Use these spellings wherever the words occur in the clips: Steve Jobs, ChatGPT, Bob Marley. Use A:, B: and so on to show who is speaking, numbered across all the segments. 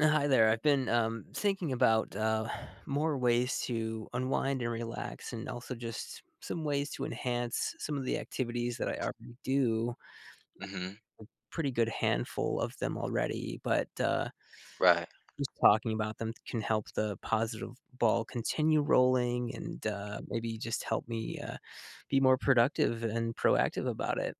A: Hi there. I've been thinking about more ways to unwind and relax, and also just some ways to enhance some of the activities that I already do.
B: Hmm.
A: Pretty good handful of them already, but
B: Right.
A: just talking about them can help the positive ball continue rolling, and maybe just help me be more productive and proactive about it.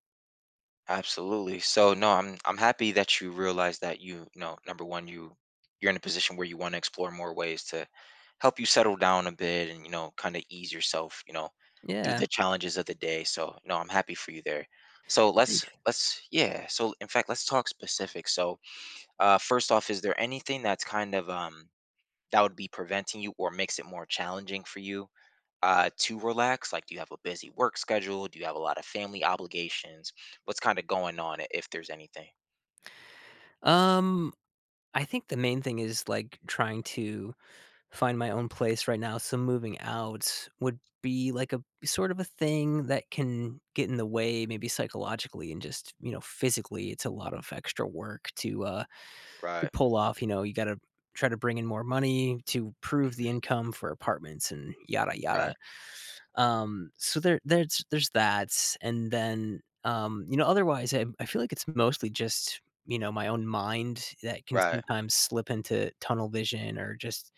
B: Absolutely. So no, I'm happy that you realize that number one, you're in a position where you want to explore more ways to help you settle down a bit and, you know, kind of ease yourself, through
A: Yeah,
B: the challenges of the day. So no, I'm happy for you there. So
A: thanks.
B: let's yeah. So in fact, let's talk specific. So first off, is there anything that's kind of that would be preventing you or makes it more challenging for you to relax? Like, do you have a busy work schedule? Do you have a lot of family obligations? What's kind of going on, if there's anything?
A: Um, I think the main thing is like trying to find my own place right now, so moving out would be like a sort of a thing that can get in the way maybe psychologically and just, you know, physically, it's a lot of extra work to
B: Right.
A: pull off. You know, you gotta try to bring in more money to prove the
B: Hmm.
A: income for apartments and yada yada.
B: Right.
A: So there's that, and then, you know, otherwise, I feel like it's mostly just, you know, my own mind that can
B: Right.
A: sometimes slip into tunnel vision or just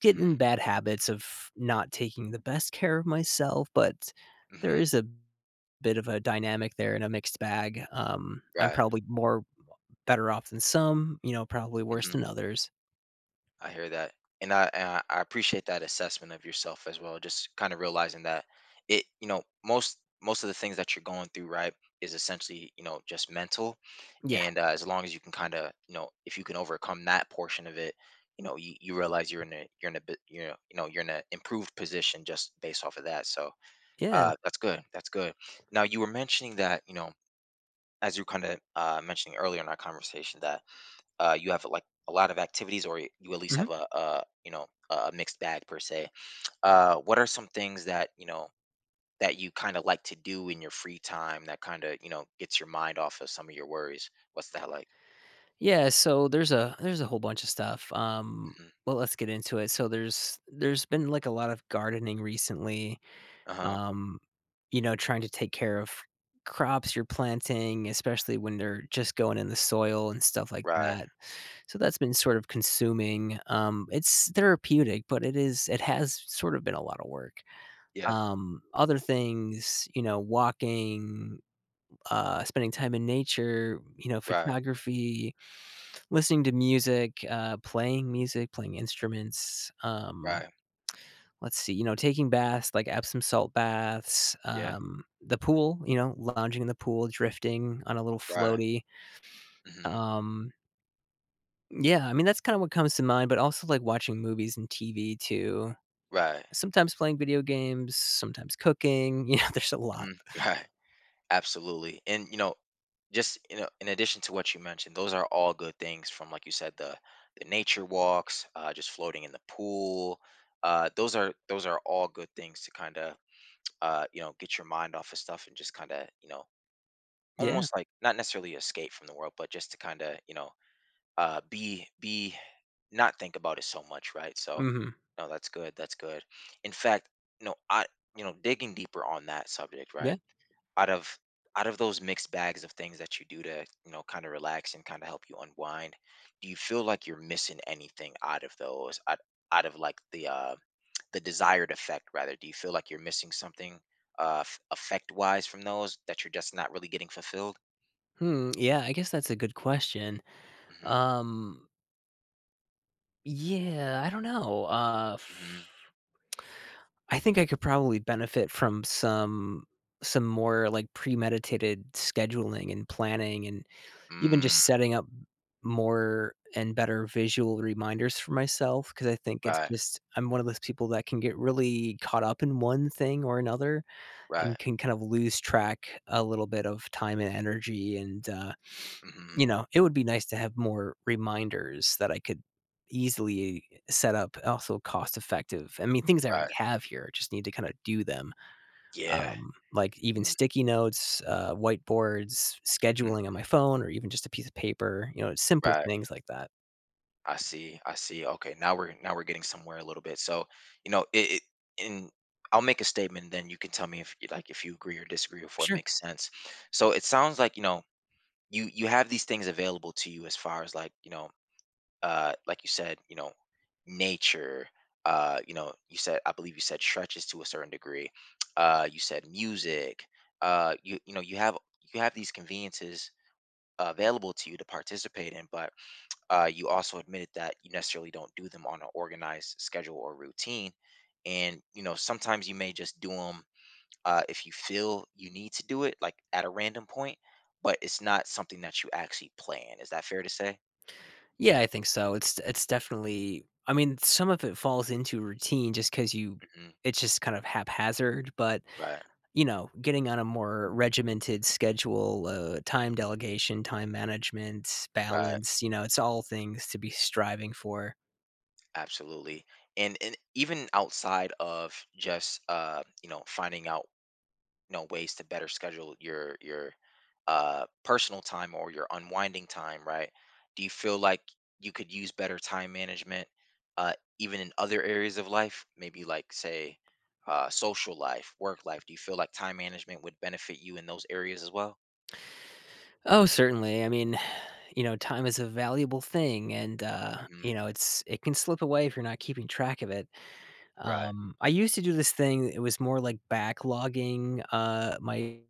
A: get in
B: Hmm.
A: bad habits of not taking the best care of myself, but there
B: Hmm.
A: is a bit of a dynamic there and a mixed bag. I'm
B: Right.
A: probably more better off than some, you know, probably worse
B: Hmm.
A: than others.
B: I hear that, and I appreciate that assessment of yourself as well. Just kind of realizing that you know, most of the things that you're going through, right, is essentially, you know, just mental,
A: Yeah.
B: and as long as you can kind of, you know, if you can overcome that portion of it, you know, you realize you're in a bit you know you're in an improved position just based off of that. So
A: Yeah.
B: that's good, that's good. Now you were mentioning that, you know, as you kind of mentioning earlier in our conversation that you have like a lot of activities, or you at least
A: Mhm.
B: have a you know a mixed bag per se. What are some things that, you know, that you kind of like to do in your free time that kind of, you know, gets your mind off of some of your worries? What's that like?
A: Yeah, so there's a whole bunch of stuff. Well, let's get into it. So there's been, like, a lot of gardening recently,
B: Uh-huh.
A: um, you know, trying to take care of crops you're planting, especially when they're just going in the soil and stuff like
B: Right.
A: that. So that's been sort of consuming. It's therapeutic, but it has sort of been a lot of work.
B: Yeah.
A: Other things, you know, walking, spending time in nature, you know,
B: Right.
A: photography, listening to music, playing music, playing instruments.
B: Right.
A: Let's see, you know, taking baths like Epsom salt baths,
B: Yeah.
A: the pool, you know, lounging in the pool, drifting on a little
B: Right.
A: floaty.
B: Mhm.
A: Um, Yeah, I mean, that's kind of what comes to mind, but also like watching movies and TV too.
B: Right.
A: Sometimes playing video games, sometimes cooking. You know, there's a lot.
B: Mhm. Right. Absolutely. And, you know, just you know, in addition to what you mentioned, those are all good things. From like you said, the nature walks, just floating in the pool. Those are all good things to kind of you know, get your mind off of stuff and just kind of, you know,
A: Yeah.
B: almost like not necessarily escape from the world, but just to kind of, you know, be not think about it so much, right? So
A: Mhm.
B: no, that's good, that's good. In fact, no, I, you know, digging deeper on that subject,
A: Yeah.
B: right, out of out of those mixed bags of things that you do to, you know, kind of relax and kind of help you unwind, do you feel like you're missing anything out of those, out, out of like the desired effect, rather? Do you feel like you're missing something, uh effect wise from those that you're just not really getting fulfilled?
A: Hmm. Yeah, I guess that's a good question.
B: Mm-hmm,
A: Um. Yeah, I don't know. I think I could probably benefit from some more like premeditated scheduling and planning, and even
B: mm-hmm,
A: just
B: mm,
A: setting up more and better visual reminders for myself, because I think it's
B: right,
A: just I'm one of those people that can get really caught up in one thing or another and
B: right.
A: can kind of lose track a little bit of time and energy, and,
B: Hmm.
A: you know, it would be nice to have more reminders that I could easily set up, also cost effective. I mean, things I
B: Right.
A: already have here, I just need to kinda do them,
B: Yeah.
A: like even
B: Mm,
A: sticky notes, whiteboards, scheduling on
B: mm,
A: my phone, or even just a piece of paper. You know, simple
B: right.
A: things like that.
B: I see. I see. Okay. Now we're, now we're getting somewhere a little bit. So, you know, it in I'll make a statement, then you can tell me if you like, if you agree or disagree, or if it
A: Sure.
B: makes sense. So it sounds like, you know, you have these things available to you as far as like, you know, uh, like you said, you know, nature, you know, you said, I believe you said stretches to a certain degree. Uh, you said music, uh, you know, you have these conveniences available to you to participate in. But uh, you also admitted that you necessarily don't do them on an organized schedule or routine. And, you know, sometimes you may just do them, if you feel you need to do it, like at a random point, but it's not something that you actually plan. Is that fair to say?
A: Yeah, I think so. It's definitely. I mean, some of it falls into routine just because you.
B: Hmm.
A: It's just kind of haphazard, but
B: Right,
A: you know, getting on a more regimented schedule, time delegation, time management,
B: right.
A: balance. You know, it's all things to be striving for.
B: Absolutely. And even outside of just, you know, finding out know ways to better schedule your personal time or your unwinding time, right? Do you feel like you could use better time management, uh, even in other areas of life, maybe like say uh, social life, work life? Do you feel like time management would benefit you in those areas as well?
A: Oh, certainly. I mean, you know, time is a valuable thing, and,
B: Hmm.
A: you know, it's it can slip away if you're not keeping track of it.
B: Right,
A: I used to do this thing, it was more like backlogging, my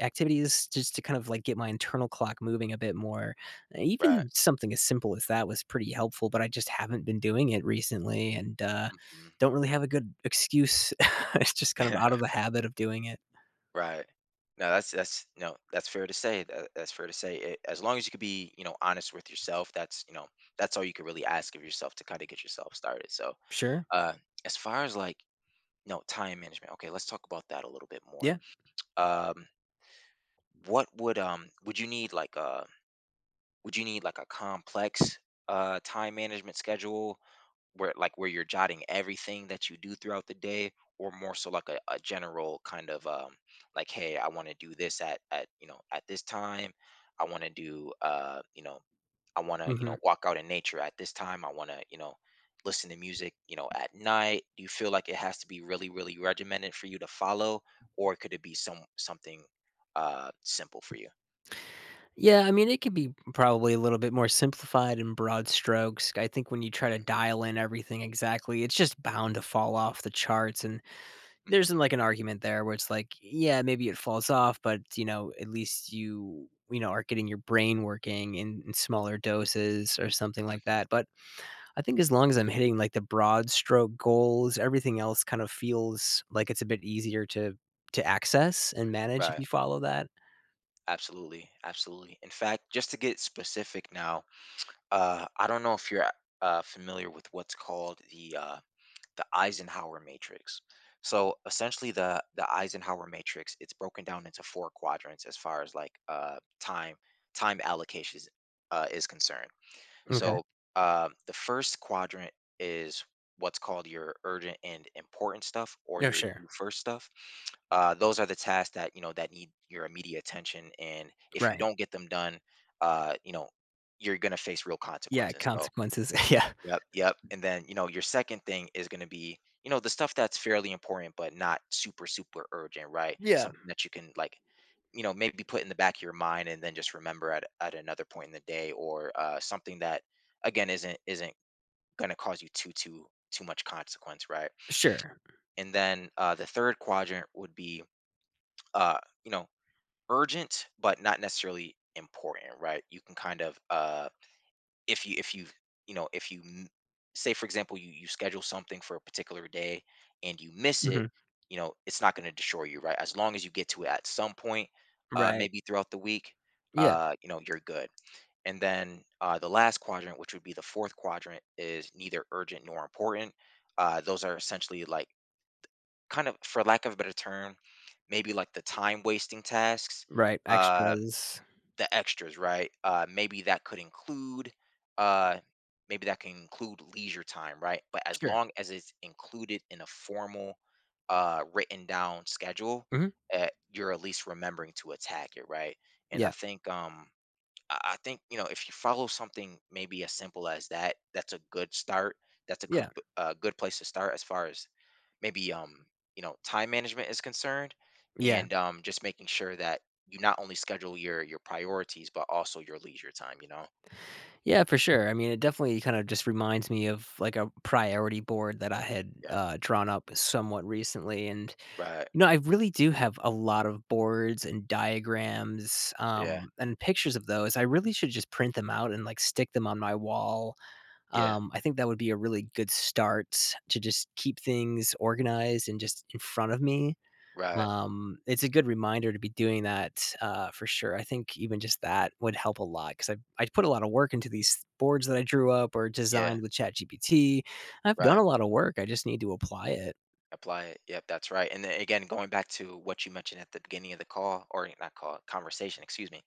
A: activities just to kind of, like, get my internal clock moving a bit more.
B: right.
A: Even something as simple as that was pretty helpful, but I just haven't been doing it recently, and,
B: Hmm.
A: don't really have a good excuse. It's just kind of out of the habit of doing it.
B: Right. No, that's no, that's fair to say. That's fair to say. It, as long as you could be, you know, honest with yourself, that's you know, that's all you could really ask of yourself to kind of get yourself started. So
A: Sure.
B: uh, as far as like no time management. Okay, let's talk about that a little bit more.
A: Yeah.
B: Um, what would you need like would you need like a complex uh, time management schedule where you're jotting everything that you do throughout the day, or more so like a general kind of like, hey, I want to do this at you know at this time. I want to do, you know, I want to, you know,
A: Mhm.
B: walk out in nature at this time. I want to, you know, listen to music, you know, at night. Do you feel like it has to be really, really regimented for you to follow, or could it be some something, simple for you?
A: Yeah, I mean, it could be probably a little bit more simplified in broad strokes. I think when you try to
B: Hmm.
A: dial in everything exactly, it's just bound to fall off the charts. And there's
B: Hmm.
A: like an argument there where it's like, yeah, maybe it falls off, but you know, at least you you know are getting your brain working in smaller doses or something like
B: Hmm.
A: that. But I think as long as I'm hitting like the broad stroke goals, everything else kind of feels like it's a bit easier to access and manage if
B: Right.
A: you follow that.
B: Absolutely. Absolutely. In fact, just to get specific now, I don't know if you're uh, familiar with what's called the Eisenhower matrix. So essentially, the Eisenhower matrix, it's broken down into four quadrants as far as like, time allocations is concerned.
A: Okay.
B: So the first quadrant is what's called your urgent and important stuff, or
A: No,
B: your
A: sure.
B: do first stuff. Those are the tasks that, you know, that need your immediate attention, and if you
A: Right.
B: don't get them done, you know, you're gonna face real
A: Yeah,
B: consequences. So
A: consequences. Yeah.
B: yep, yep. And then, you know, your second thing is going to be, you know, the stuff that's fairly important but not super urgent, right?
A: Yeah,
B: Something that you can like, you know, maybe put in the back of your mind and then just remember at another point in the day, or uh, something that again isn't going to cause you too much consequence, right?
A: sure.
B: And then uh, the third quadrant would be, uh, you know, urgent but not necessarily important, right? You can kind of uh, if you you know if you m- say for example you schedule something for a particular day and you miss it,
A: Mhm.
B: you know, it's not going to destroy you, right? As long as you get to it at some point, uh,
A: Right.
B: maybe throughout the week,
A: Yeah,
B: uh, you know, you're good. And then uh, the last quadrant, which would be the fourth quadrant, is neither urgent nor important. Uh, those are essentially like kind of, for lack of a better term, maybe like the time wasting tasks,
A: right,
B: uh,
A: extras.
B: the extras, right? Maybe that could include, uh, maybe that can include leisure time, right? But as
A: Sure.
B: long as it's included in a formal, written down schedule,
A: Mhm.
B: you're at least remembering to attack it, right? And I
A: Yeah,
B: think, I think, you know, if you follow something maybe as simple as that, that's a good start. That's a good,
A: yeah,
B: good place to start as far as maybe um, you know, time management is concerned,
A: yeah.
B: and um, just making sure that you not only schedule your priorities but also your leisure time, you know.
A: Yeah, for sure. I mean, it definitely kind of just reminds me of, like, a priority board that I had,
B: Yeah,
A: drawn up somewhat recently, and,
B: right,
A: you know, I really do have a lot of boards and diagrams,
B: yeah,
A: and pictures of those. I really should just print them out and, like, stick them on my wall.
B: yeah,
A: I think that would be a really good start to just keep things organized and just in front of me.
B: right,
A: It's a good reminder to be doing that, for sure. I think even just
B: mhm,
A: that would help a lot because I put a lot of work into these boards that I drew up or
B: yeah,
A: designed with ChatGPT. I've done
B: right,
A: a lot of work, I just need to apply it.
B: apply it, yep, that's right. And then again, going back to what you mentioned at the beginning of the call, or not call, conversation, excuse me,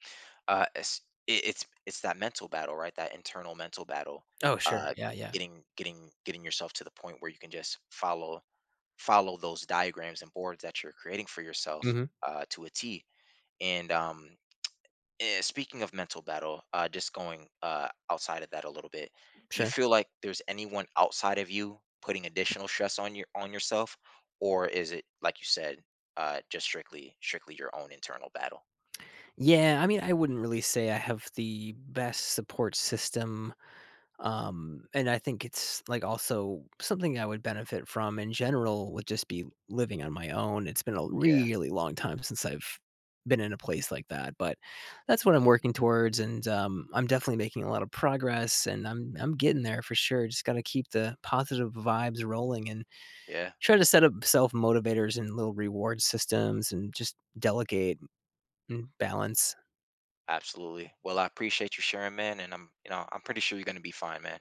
B: uh, it's it's that mental battle, right? That internal mental battle,
A: Oh, sure.
B: uh,
A: Yeah, yeah.
B: getting yourself to the point where you can just follow those diagrams and boards that you're creating for yourself,
A: Mhm.
B: to a T. And eh, speaking of mental battle, just going outside of that a little bit, do you
A: Sure.
B: feel like there's anyone outside of you putting additional stress on yourself, or is it like you said, just strictly your own internal battle?
A: Yeah, I mean, I wouldn't really say I have the best support system. And I think it's like also something I would benefit from in general would just be living on my own. It's been a
B: Yeah,
A: really long time since I've been in a place like that, but that's what I'm
B: mhm,
A: working towards, and I'm definitely making a lot of progress, and I'm getting there for sure. Just got to keep the positive vibes rolling and
B: yeah,
A: try to set up self motivators and little reward systems, and just delegate and balance.
B: absolutely. Well, I appreciate you sharing, man, and I'm you know I'm pretty sure you're gonna be fine, man.